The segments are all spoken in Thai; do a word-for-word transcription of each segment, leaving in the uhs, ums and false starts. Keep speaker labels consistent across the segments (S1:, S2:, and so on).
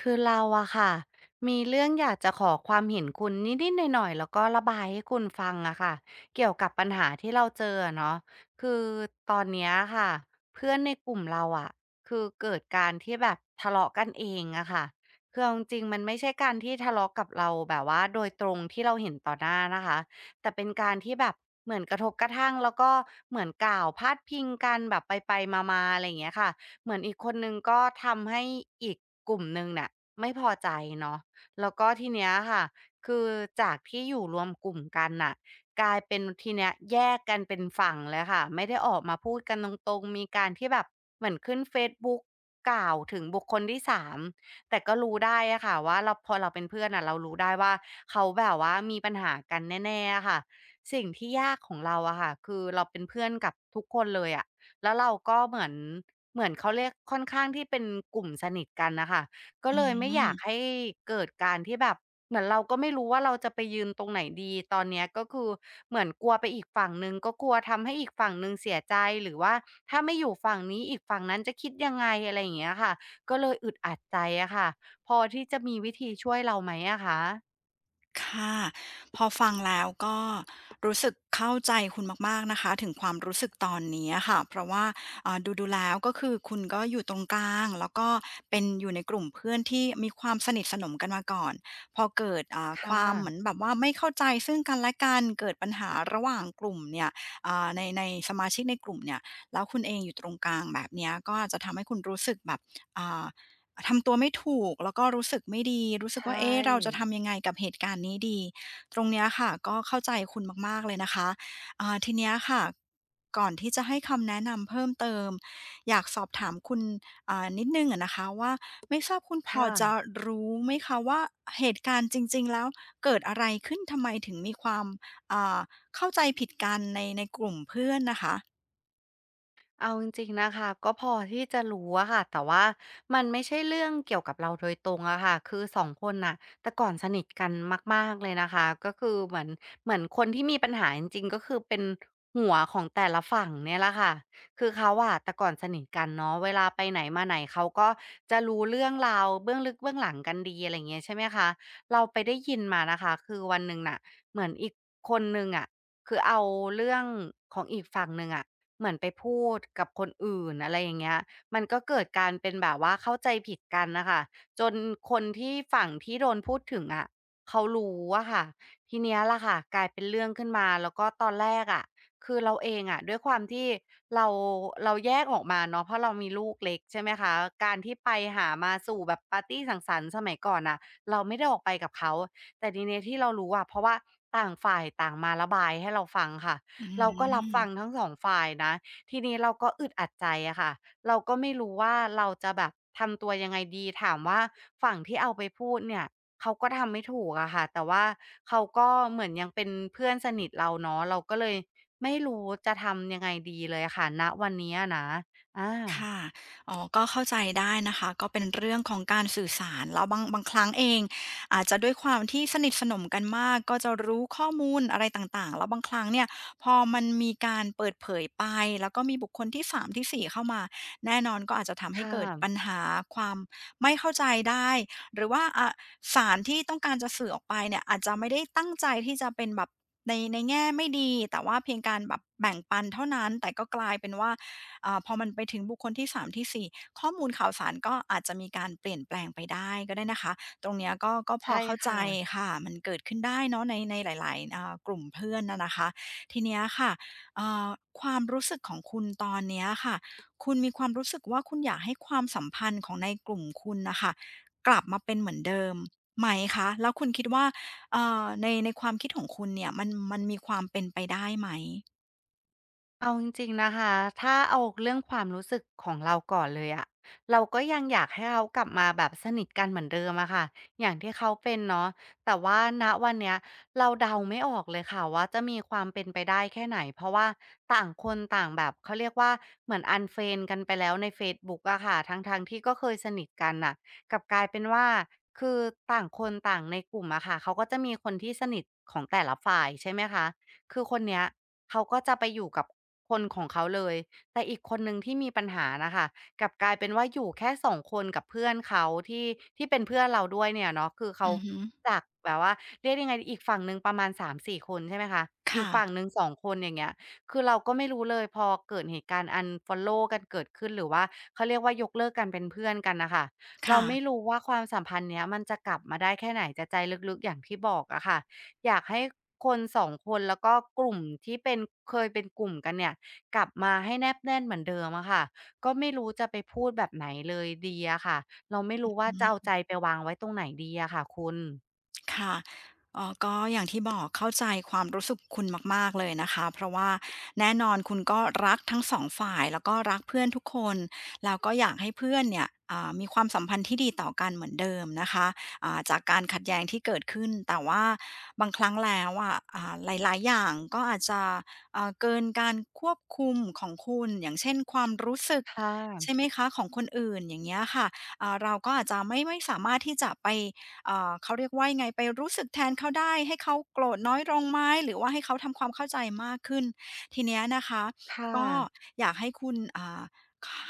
S1: คือเราอะค่ะมีเรื่องอยากจะขอความเห็นคุณนิดๆหน่อยๆแล้วก็ระบายให้คุณฟังอะค่ะเกี่ยวกับปัญหาที่เราเจออะเนาะคือตอนเนี้ยค่ะเพื่อนในกลุ่มเราอะคือเกิดการที่แบบทะเลาะกันเองอะค่ะคือเอาจริงๆมันไม่ใช่การที่ทะเลาะกับเราแบบว่าโดยตรงที่เราเห็นต่อหน้านะคะแต่เป็นการที่แบบเหมือนกระทบกระทั่งแล้วก็เหมือนกล่าวพาดพิงกันแบบไปๆมาๆอะไรอย่างเงี้ยค่ะ เหมือนอีกคนนึงก็ทำให้อีกกลุ่มหนึ่งน่ะไม่พอใจเนาะแล้วก็ทีเนี้ยค่ะคือจากที่อยู่รวมกลุ่มกันน่ะกลายเป็นทีเนี้ยแยกกันเป็นฝั่งเลยค่ะไม่ได้ออกมาพูดกันตรงๆมีการที่แบบเหมือนขึ้นเฟซบุ๊กกล่าวถึงบุคคลที่สามแต่ก็รู้ได้อะค่ะว่าเราพอเราเป็นเพื่อนน่ะเรารู้ได้ว่าเขาแบบว่ามีปัญหากันแน่ๆอะค่ะสิ่งที่ยากของเราอะค่ะคือเราเป็นเพื่อนกับทุกคนเลยอะ แล้วเราก็เหมือนเหมือนเขาเรียกค่อนข้างที่เป็นกลุ่มสนิทกันน่ะค่ะก็
S2: อื
S1: เลยไม่อยาก
S2: ม
S1: ให้เกิดการที่แบบเหมือนเราก็ไม่รู้ว่าเราจะไปยืนตรงไหนดีตอนเนี้ยก็คือเหมือนกลัวไปอีกฝั่งหนึ่งก็กลัวทำให้อีกฝั่งหนึ่งเสียใจหรือว่าถ้าไม่อยู่ฝั่งนี้อีกฝั่งนั้นจะคิดยังไงอะไรอย่างเงี้ยค่ะก็เลยอึดอัดใจอะค่ะพอที่จะมีวิธีช่วยเราไหมอะคะ
S2: ค่ะพอฟังแล้วก็รู้สึกเข้าใจคุณมากๆนะคะถึงความรู้สึกตอนนี้อะค่ะเพราะว่าอ่าดูๆแล้วก็คือคุณก็อยู่ตรงกลางแล้วก็เป็นอยู่ในกลุ่มเพื่อนที่มีความสนิทสนมกันมาก่อนพอเกิดอ่าค
S1: ค่ะ
S2: วามเหมือนแบบว่าไม่เข้าใจซึ่งกันและกันเกิดปัญหาระหว่างกลุ่มเนี่ยอ่าในในสมาชิกในกลุ่มเนี่ยแล้วคุณเองอยู่ตรงกลางแบบเนี้ยก็อาจจะทำให้คุณรู้สึกแบบอ่า ทำตัวไม่ถูกแล้วก็รู้สึกไม่ดีรู้
S1: ใช
S2: สึกว่าเอ๊ะเราจะ
S1: ่
S2: ทำยังไงกับเหตุการณ์นี้ดีตรงเนี้ยค่ะก็เข้าใจคุณมากๆเลยนะคะอ่าทีเนี้ยค่ะก่อนที่จะให้คำแนะนำเพิ่มเติมอยากสอบถามคุณอ่านิดหนึ่งอะนะคะว่าไม่ทราบคุณพอ
S1: ค่ะ
S2: จะรู้ไหมคะว่าเหตุการณ์จริงๆแล้วเกิดอะไรขึ้นทำไมถึงมีความอ่าเข้าใจผิดกันในในกลุ่มเพื่อนน่ะคะ
S1: เอาจริงๆนะคะก็พอที่จะรู้อะค่ะแต่ว่ามันไม่ใช่เรื่องเกี่ยวกับเราโดยตรงอะค่ะคือสองคนน่ะแต่ก่อนสนิทกันมากๆเลยนะคะก็คือเหมือนเหมือนคนที่มีปัญหาจริงๆก็คือเป็นหัวของแต่ละฝั่งเนี่ยแหละค่ะคือเขาอะแต่ก่อนสนิทกันเนาะเวลาไปไหนมาไหนเขาก็จะรู้เรื่องราวเบื้องลึกเบื้องหลังกันดีอะไรเงี้ยใช่ไหมคะเราไปได้ยินมานะคะคือวันหนึ่งน่ะเหมือนอีกคนนึงอะคือเอาเรื่องของอีกฝั่งหนึ่งอะ เหมือนไปพูดกับคนอื่นอะไรอย่างเงี้ยมันก็เกิดการเป็นแบบว่าเข้าใจผิดกันน่ะค่ะจนคนที่ฝั่งที่โดนพูดถึงอะเขารู้อะค่ะทีเนี้ยล่ะค่ะกลายเป็นเรื่องขึ้นมาแล้วก็ตอนแรกอะคือเราเองอะด้วยความที่เราเราแยกออกมาเนาะเพราะเรามีลูกเล็กใช่ไหมคะการที่ไปหามาสู่แบบปาร์ตีสังสรรค์สมัยก่อนน่ะเราไม่ได้ออกไปกับเขาแต่ทีเนี้ยที่เรารู้อะเพราะว่าต่างฝ่ายต่างมาระบายให้เราฟังค่ะ
S2: อื
S1: เราก็รับฟัง
S2: ม
S1: ทั้งสองฝ่ายนะทีนี้เราก็อึดอัดใจอะค่ะเราก็ไม่รู้ว่าเราจะแบบทำตัวยังไงดีถามว่าฝั่งที่เอาไปพูดเนี่ยเขาก็ทำไม่ถูกอะค่ะแต่ว่าเขาก็เหมือนยังเป็นเพื่อนสนิทเราเนาะเราก็เลยไม่รู้จะทำยังไงดีเลยอะค่ะณวันนี้อะนะอา
S2: ค่ะอ๋อก็เข้าใจได้นะคะก็เป็นเรื่องของการสื่อสาร แล้วบางบางครั้งเองอาจจะด้วยความที่สนิทสนมกันมากก็จะรู้ข้อมูลอะไรต่างๆ แล้วบางครั้งเนี่ยพอมันมีการเปิดเผยไป แล้วก็มีบุคคลที่สามที่สี่เข้ามา แน่นอนก็อาจจะทำให้
S1: ค่ะ
S2: เกิดปัญหาความไม่เข้าใจได้ หรือว่าอ่าสารที่ต้องการจะสื่อออกไปเนี่ยอาจจะไม่ได้ตั้งใจที่จะเป็นแบบในในแง่ไม่ดีแต่ว่าเพียงการแบบแบ่งปันเท่านั้นแต่ก็กลายเป็นว่า อ่าพอมันไปถึงบุคคลที่สามที่สี่ข้อมูลข่าวสารก็อาจจะมีการเปลี่ยนแปลงไปได้ก็ได้นะคะตรงเนี้ยก็ก็พอ
S1: ใช่
S2: เข้าใจ
S1: ค่ะ
S2: ค่ะมันเกิดขึ้นได้เนาะในในหลายๆอ่ากลุ่มเพื่อนนะนะคะทีเนี้ยค่ะอ่าความรู้สึกของคุณตอนเนี้ยค่ะคุณมีความรู้สึกว่าคุณอยากให้ความสัมพันธ์ของในกลุ่มคุณนะคะกลับมาเป็นเหมือนเดิมไหมคะแล้วคุณคิดว่าเอ่อในในความคิดของคุณเนี่ยมันมันมีความเป็นไปได้ไหม
S1: เอาจริงๆนะคะ ถ้าเอาเรื่องความรู้สึกของเราก่อนเลยอะเราก็ยังอยากให้เขากลับมาแบบสนิทกันเหมือนเดิมอะค่ะอย่างที่เขาเป็นเนาะแต่ว่าณวันเนี้ยเราเดาไม่ออกเลยค่ะว่าจะมีความเป็นไปได้แค่ไหน เพราะว่าต่างคนต่างแบบเขาเรียกว่าเหมือน unfriend กันไปแล้วในเฟซบุ๊กอะค่ะทั้งๆที่ก็เคยสนิทกันน่ะกลับกลายเป็นว่าคือต่างคนต่างในกลุ่มอะค่ะเขาก็จะมีคนที่สนิทของแต่ละฝ่ายใช่ไหมคะ คือคนเนี้ยเขาก็จะไปอยู่กับคนของเขาเลยแต่อีกคนหนึ่งที่มีปัญหาน่ะค่ะกลับกลายเป็นว่าอยู่แค่สองคนกับเพื่อนเขาที่ที่เป็นเพื่อนเราด้วยเนี่ยเนาะคือเขา
S2: อือฮึ
S1: จากแบบว่าเรียกยังไงอีกฝั่งหนึ่งประมาณสามถึงสี่คนใช่ไหมคะอีก
S2: ค่ะ
S1: ฝั่งหนึ่งสองคนอย่างเงี้ยคือเราก็ไม่รู้เลยพอเกิดเหตุการณ์ unfollow กันเกิดขึ้นหรือว่าเขาเรียกว่ายกเลิกกันเป็นเพื่อนกันน่ะค่ะเรา
S2: ค่ะ
S1: ไม่รู้ว่าความสัมพันธ์เนี้ยมันจะกลับมาได้แค่ไหนแต่ใจลึกๆอย่างที่บอกอะค่ะ อยากให้คนสองคนแล้วก็กลุ่มที่เป็นเคยเป็นกลุ่มกันเนี่ยกลับมาให้แนบแน่นเหมือนเดิมอะค่ะก็ไม่รู้จะไปพูดแบบไหนเลยดีอะค่ะเราไม่รู้ว่าจะเอาใจไปวางไว้ตรงไหนดีอะค่ะคุณ
S2: ค่ะเอ่อก็อย่างที่บอกเข้าใจความรู้สึกคุณมากๆเลยนะคะเพราะว่าแน่นอนคุณก็รักทั้งสองฝ่ายแล้วก็รักเพื่อนทุกคนแล้วก็อยากให้เพื่อนเนี่ยอ่ามีความสัมพันธ์ที่ดีต่อกันเหมือนเดิมนะคะอ่าจากการขัดแย้งที่เกิดขึ้นแต่ว่าบางครั้งแล้วอะอ่าหลายๆอย่างก็อาจจะเอ่อเกินการควบคุมของคุณอย่างเช่นความรู้สึก
S1: ค่
S2: ใช่ไหม
S1: ะ
S2: คะของคนอื่นอย่างเงี้ยค่ะอ่าเราก็อาจจะไม่ไม่สามารถที่จะไป เอ่อเขาเรียกว่ายังไงไปรู้สึกแทนเขาได้ให้เขาโกรธน้อยลงไหมหรือว่าให้เขาทำความเข้าใจมากขึ้นทีเนี้ยนะคะ
S1: ค่ะ
S2: ก็อยากให้คุณอ่า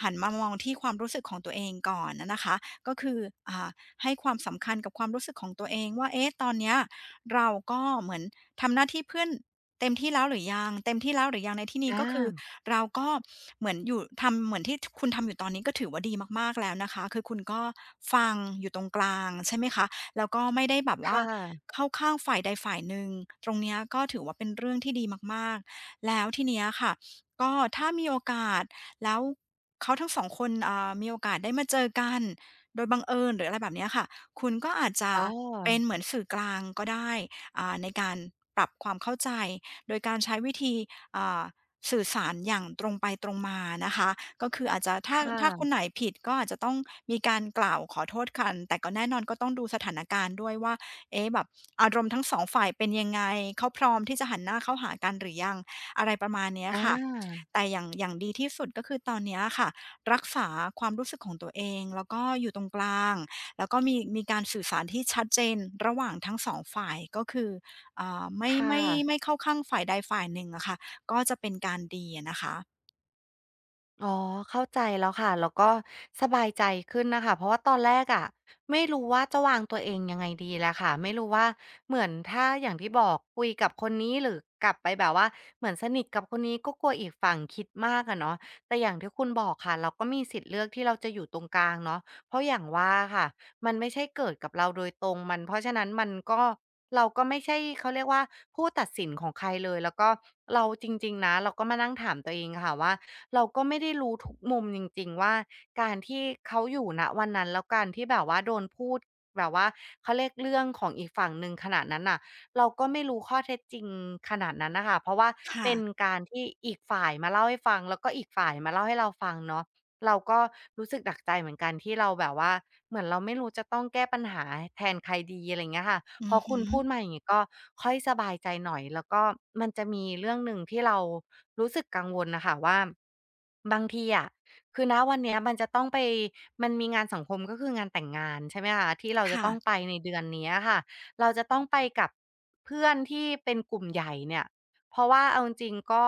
S2: หันมามองที่ความรู้สึกของตัวเองก่อนอะนะคะก็คืออ่าให้ความสำคัญกับความรู้สึกของตัวเองว่าเอ๊ะตอนเนี้ยเราก็เหมือนทำหน้าที่เพื่อนเต็มที่แล้วหรือยังเต็มที่แล้วหรือยังในที่นี้
S1: อ
S2: ก็คือ
S1: า
S2: เราก็เหมือนอยู่ทำเหมือนที่ทคุณทำอยู่ตอนนี้ก็ถือว่าดีมากๆแล้วนะคะคือคุณก็ฟังอยู่ตรงกลางใช่ไหมคะ แล้วก็ไม่ได้แบบว่า
S1: ค่ะ
S2: เข้าข้างฝ่ายใดฝ่ายหนึ่งตรงเนี้ยก็ถือว่าเป็นเรื่องที่ดีมากๆ แล้วทีเนี้ยค่ะก็ถ้ามีโอกาสแล้วเขาทั้งสองคนอ่ามีโอกาสได้มาเจอกันโดยบังเอิญหรืออะไรแบบเนี้ยค่ะคุณก็อาจจะ
S1: อ๋
S2: เป็น
S1: อ
S2: เหมือนสื่อกลางก็ได้อ่าในการปรับความเข้าใจโดยการใช้วิธีอ่าสื่อสารอย่างตรงไปตรงมานะคะ ก็คืออาจจะ
S1: ค
S2: ถ้าถ้าคน
S1: ่ะ
S2: ไหนผิดก็อาจจะต้องมีการกล่าวขอโทษกันแต่ก็แน่นอนก็ต้องดูสถานการณ์ด้วยว่าเอ๊ะแบบอารมณ์ทั้งสองฝ่ายเป็นยังไงเขาพร้อมที่จะหันหน้าเข้าหากันหรือยังอะไรประมาณเนี้ย
S1: อ
S2: ค่ะ
S1: า
S2: แต่อย่างอย่างดีที่สุดก็คือตอนเนี้ยค่ะรักษาความรู้สึกของตัวเองแล้วก็อยู่ตรงกลางแล้วก็มีมีการสื่อสารที่ชัดเจนระหว่างทั้งสองฝ่ายก็คืออ่าไม่
S1: ค่ะ
S2: ไม่ไม่เข้าข้างฝ่ายใดฝ่ายหนึ่งอะค่ะก็จะเป็นการดีอะนะคะ
S1: อ๋อเข้าใจแล้วค่ะแล้วก็สบายใจขึ้นนะคะเพราะว่าตอนแรกอะไม่รู้ว่าจะวางตัวเองยังไงดีแหละค่ะไม่รู้ว่าเหมือนถ้าอย่างที่บอกคุยกับคนนี้หรือกลับไปแบบว่าเหมือนสนิทกับคนนี้ก็กลัวอีกฝั่งคิดมากอะเนาะแต่อย่างที่คุณบอกค่ะเราก็มีสิทธิ์เลือกที่เราจะอยู่ตรงกลางเนาะเพราะอย่างว่าค่ะมันไม่ใช่เกิดกับเราโดยตรงมันเพราะฉะนั้นมันก็เราก็ไม่ใช่เขาเรียกว่าผู้ตัดสินของใครเลยแล้วก็เราจริงๆนะเราก็มานั่งถามตัวเองค่ะว่า เราก็ไม่ได้รู้ทุกมุมจริงๆว่าการที่เขาอยู่ณวันนั้นแล้วการที่แบบว่าโดนพูดแบบว่าเขาเรียกเรื่องของอีกฝั่งหนึ่งขนาดนั้นน่ะเราก็ไม่รู้ข้อเท็จจริงขนาดนั้นน่ะค่ะเพราะว่า
S2: ค่ะ
S1: เป็นการที่อีกฝ่ายมาเล่าให้ฟังแล้วก็อีกฝ่ายมาเล่าให้เราฟังเนาะ เราก็รู้สึกหนักใจเหมือนกันที่เราแบบว่าเหมือนเราไม่รู้จะต้องแก้ปัญหาแทนใครดีอะไรเงี้ยค่ะพ
S2: อื
S1: อ
S2: อฮึ
S1: คุณพูดมาอย่างงี้ก็ค่อยสบายใจหน่อยแล้วก็มันจะมีเรื่องหนึ่งที่เรารู้สึกกังวลน่ะค่ะว่าบางทีอะคือณวันเนี้ยมันจะต้องไปมันมีงานสังคมก็คืองานแต่งงานใช่ไหมคะที่เราจะ
S2: ค่ะ
S1: ต้องไปในเดือนเนี้ยค่ะเราจะต้องไปกับเพื่อนที่เป็นกลุ่มใหญ่เนี่ยเพราะว่าเอาจริงๆก็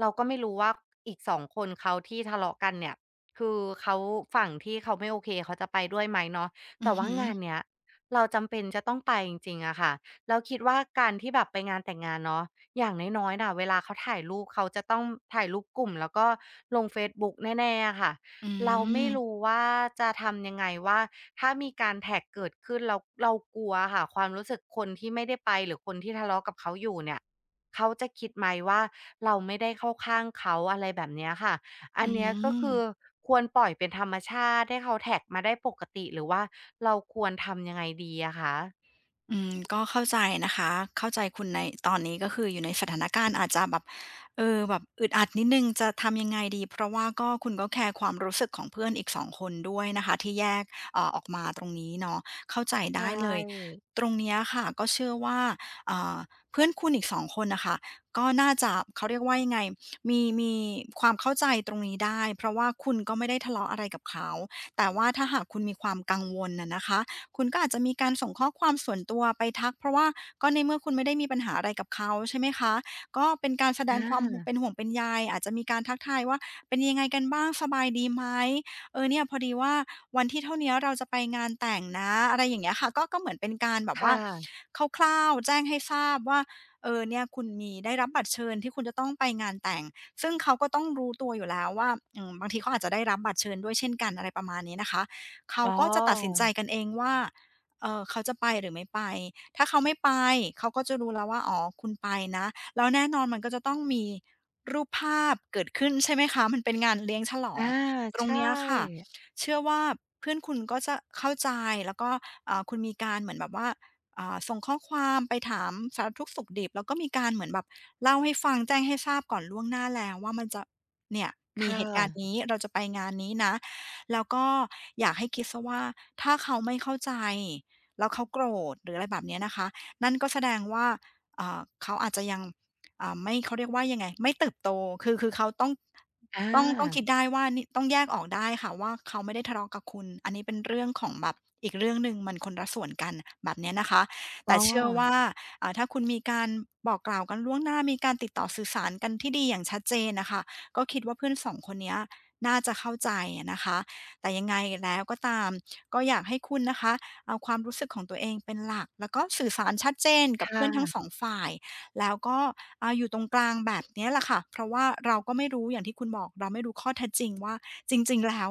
S1: เราก็ไม่รู้ว่าอีกสองคนเขาที่ทะเลาะกันเนี่ย คือเขาฝั่งที่เขาไม่โอเคเขาจะไปด้วยไหมเนาะ
S2: อื
S1: แต่
S2: อ
S1: ว่า
S2: ฮึ
S1: งานเนี้ยเราจำเป็นจะต้องไปจริงๆอะค่ะแล้วคิดว่าการที่แบบไปงานแต่งงานเนาะอย่างน้อยๆน่ะเวลาเขาถ่ายรูปเขาจะต้องถ่ายรูปกลุ่มแล้วก็ลงเฟซบุ๊กแน่ๆอะค่ะ
S2: อื
S1: เราไม่
S2: ม
S1: รู้ว่าจะทำยังไงว่าถ้ามีการแท็กเกิดขึ้นเราเรากลัวอะค่ะความรู้สึกคนที่ไม่ได้ไปหรือคนที่ทะเลาะกับเขาอยู่เนี่ยเขาจะคิดไหมว่าเราไม่ได้เข้าข้างเขาอะไรแบบเนี้ยค่ะ อั
S2: อื
S1: นเนี้ยก็
S2: ม
S1: คือควรปล่อยเป็นธรรมชาติให้เขาแท็กมาได้ปกติหรือว่าเราควรทำยังไงดีอะคะ
S2: อืมก็เข้าใจนะคะเข้าใจคุณในตอนนี้ก็คืออยู่ในสถานการณ์อาจจะแบบเออแบบอึดอัดนิดนึงจะทำยังไงดีเพราะว่าก็คุณก็แคร์ความรู้สึกของเพื่อนอีกสองคนด้วยนะคะที่แยกเอ่อออกมาตรงนี้เนาะเข้าใจ
S1: ใช่
S2: ได้เลยตรงเนี้ยค่ะก็เชื่อว่าเอ่อเพื่อนคุณอีกสองคนนะคะก็น่าจะเขาเรียกว่ายังไงมีมีความเข้าใจตรงนี้ได้เพราะว่าคุณก็ไม่ได้ทะเลาะอะไรกับเขาแต่ว่าถ้าหากคุณมีความกังวลนะนะคะ คุณก็อาจจะมีการส่งข้อความส่วนตัวไปทักเพราะว่าก็ในเมื่อคุณไม่ได้มีปัญหาอะไรกับเขาใช่ไหมคะก็เป็นการแสด
S1: อ
S2: งความเป็น
S1: า
S2: ห่วงเป็นใยอาจจะมีการทักทายว่าเป็นยังไงกันบ้างสบายดีไหมเออเนี่ยพอดีว่าวันที่เท่าเนี้ยเราจะไปงานแต่งนะอะไรอย่างเงี้ยค่ะก็ก็เหมือนเป็นการแบบว่า
S1: ค่ะ
S2: คร่าวๆแจ้งให้ทราบว่าเออเนี่ยคุณมีได้รับบัตรเชิญที่คุณจะต้องไปงานแต่งซึ่งเขาก็ต้องรู้ตัวอยู่แล้วว่าอืมบางทีเขาอาจจะได้รับบัตรเชิญด้วยเช่นกันอะไรประมาณนี้นะคะ เขา
S1: อ๋อ
S2: ก็จะตัดสินใจกันเองว่าเอ่อเขาจะไปหรือไม่ไป ถ้าเขาไม่ไป เขาก็จะรู้แล้วว่าอ๋อคุณไปนะ แล้วแน่นอนมันก็จะต้องมีรูปภาพเกิดขึ้นใช่ไหมคะ มันเป็นงานเลี้ยงฉลอง
S1: อา
S2: ตร
S1: ใช
S2: งเนี้ยค่ะ
S1: ่
S2: เชื่อว่าเพื่อนคุณก็จะเข้าใจ แล้วก็อ่าคุณมีการเหมือนแบบว่าอ่าส่งข้อความไปถามสารทุกข์สุขดิบแล้วก็มีการเหมือนแบบเล่าให้ฟังแจ้งให้ทราบก่อนล่วงหน้าแล้วว่ามันจะเนี่ยมีเห
S1: ค่ะ
S2: ตุการณ์นี้เราจะไปงานนี้นะ แล้วก็อยากให้คิดซะว่าถ้าเขาไม่เข้าใจแล้วเขาโกรธหรืออะไรแบบเนี้ยนะคะนั่นก็แสดงว่าอ่าเขาอาจจะยังอ่าไม่เขาเรียกว่ายังไงไม่เติบโตคือคือเขาต้อง
S1: อา
S2: ต้องต้องคิดได้ว่านี่ต้องแยกออกได้ค่ะว่าเขาไม่ได้ทะเลาะกับคุณอันนี้เป็นเรื่องของแบบอีกเรื่องหนึ่งมันคนละส่วนกันแบบเนี้ยนะคะ
S1: อ๋
S2: แต่
S1: อ
S2: เชื่อว่าอ่าถ้าคุณมีการบอกกล่าวกันล่วงหน้ามีการติดต่อสื่อสารกันที่ดีอย่างชัดเจนน่ะค่ะก็คิดว่าเพื่อนสองคนเนี้ยน่าจะเข้าใจอะนะคะ แต่ยังไงแล้วก็ตามก็อยากให้คุณนะคะเอาความรู้สึกของตัวเองเป็นหลักแล้วก็สื่อสารชัดเจน
S1: ค
S2: กับเพื่อนทั้งส
S1: ่ะ
S2: องฝ่ายแล้วก็อ่าอยู่ตรงกลางแบบเนี้ยแหละค่ะเพราะว่าเราก็ไม่รู้อย่างที่คุณบอกเราไม่รู้ข้อเท็จจริงว่าจริงๆแล้ว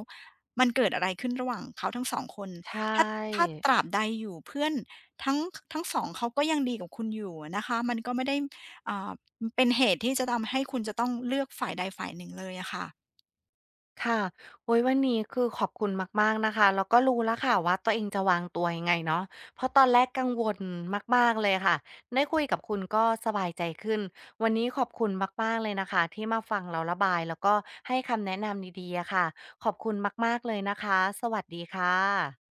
S2: มันเกิดอะไรขึ้นระหว่างเขาทั้งสองคน
S1: ใช่
S2: ถ้าถ้าตราบใดอยู่เพื่อนทั้งทั้งสองเขาก็ยังดีกับคุณอยู่อะนะคะมันก็ไม่ได้อ่าเป็นเหตุที่จะทำให้คุณจะต้องเลือกฝ่ายใดฝ่ายหนึ่งเลยอะค่ะ
S1: ค่ะโอ้ยวันนี้คือขอบคุณมากๆนะคะ แล้วก็รู้แล้วค่ะว่าตัวเองจะวางตัวยังไงเนาะเพราะตอนแรกกังวลมากๆเลยค่ะได้คุยกับคุณก็สบายใจขึ้น วันนี้ขอบคุณมากๆเลยนะคะที่มาฟังเราระบายแล้วก็ให้คำแนะนำดีๆอะค่ะ ขอบคุณมากๆเลยนะคะ สวัสดีค่ะ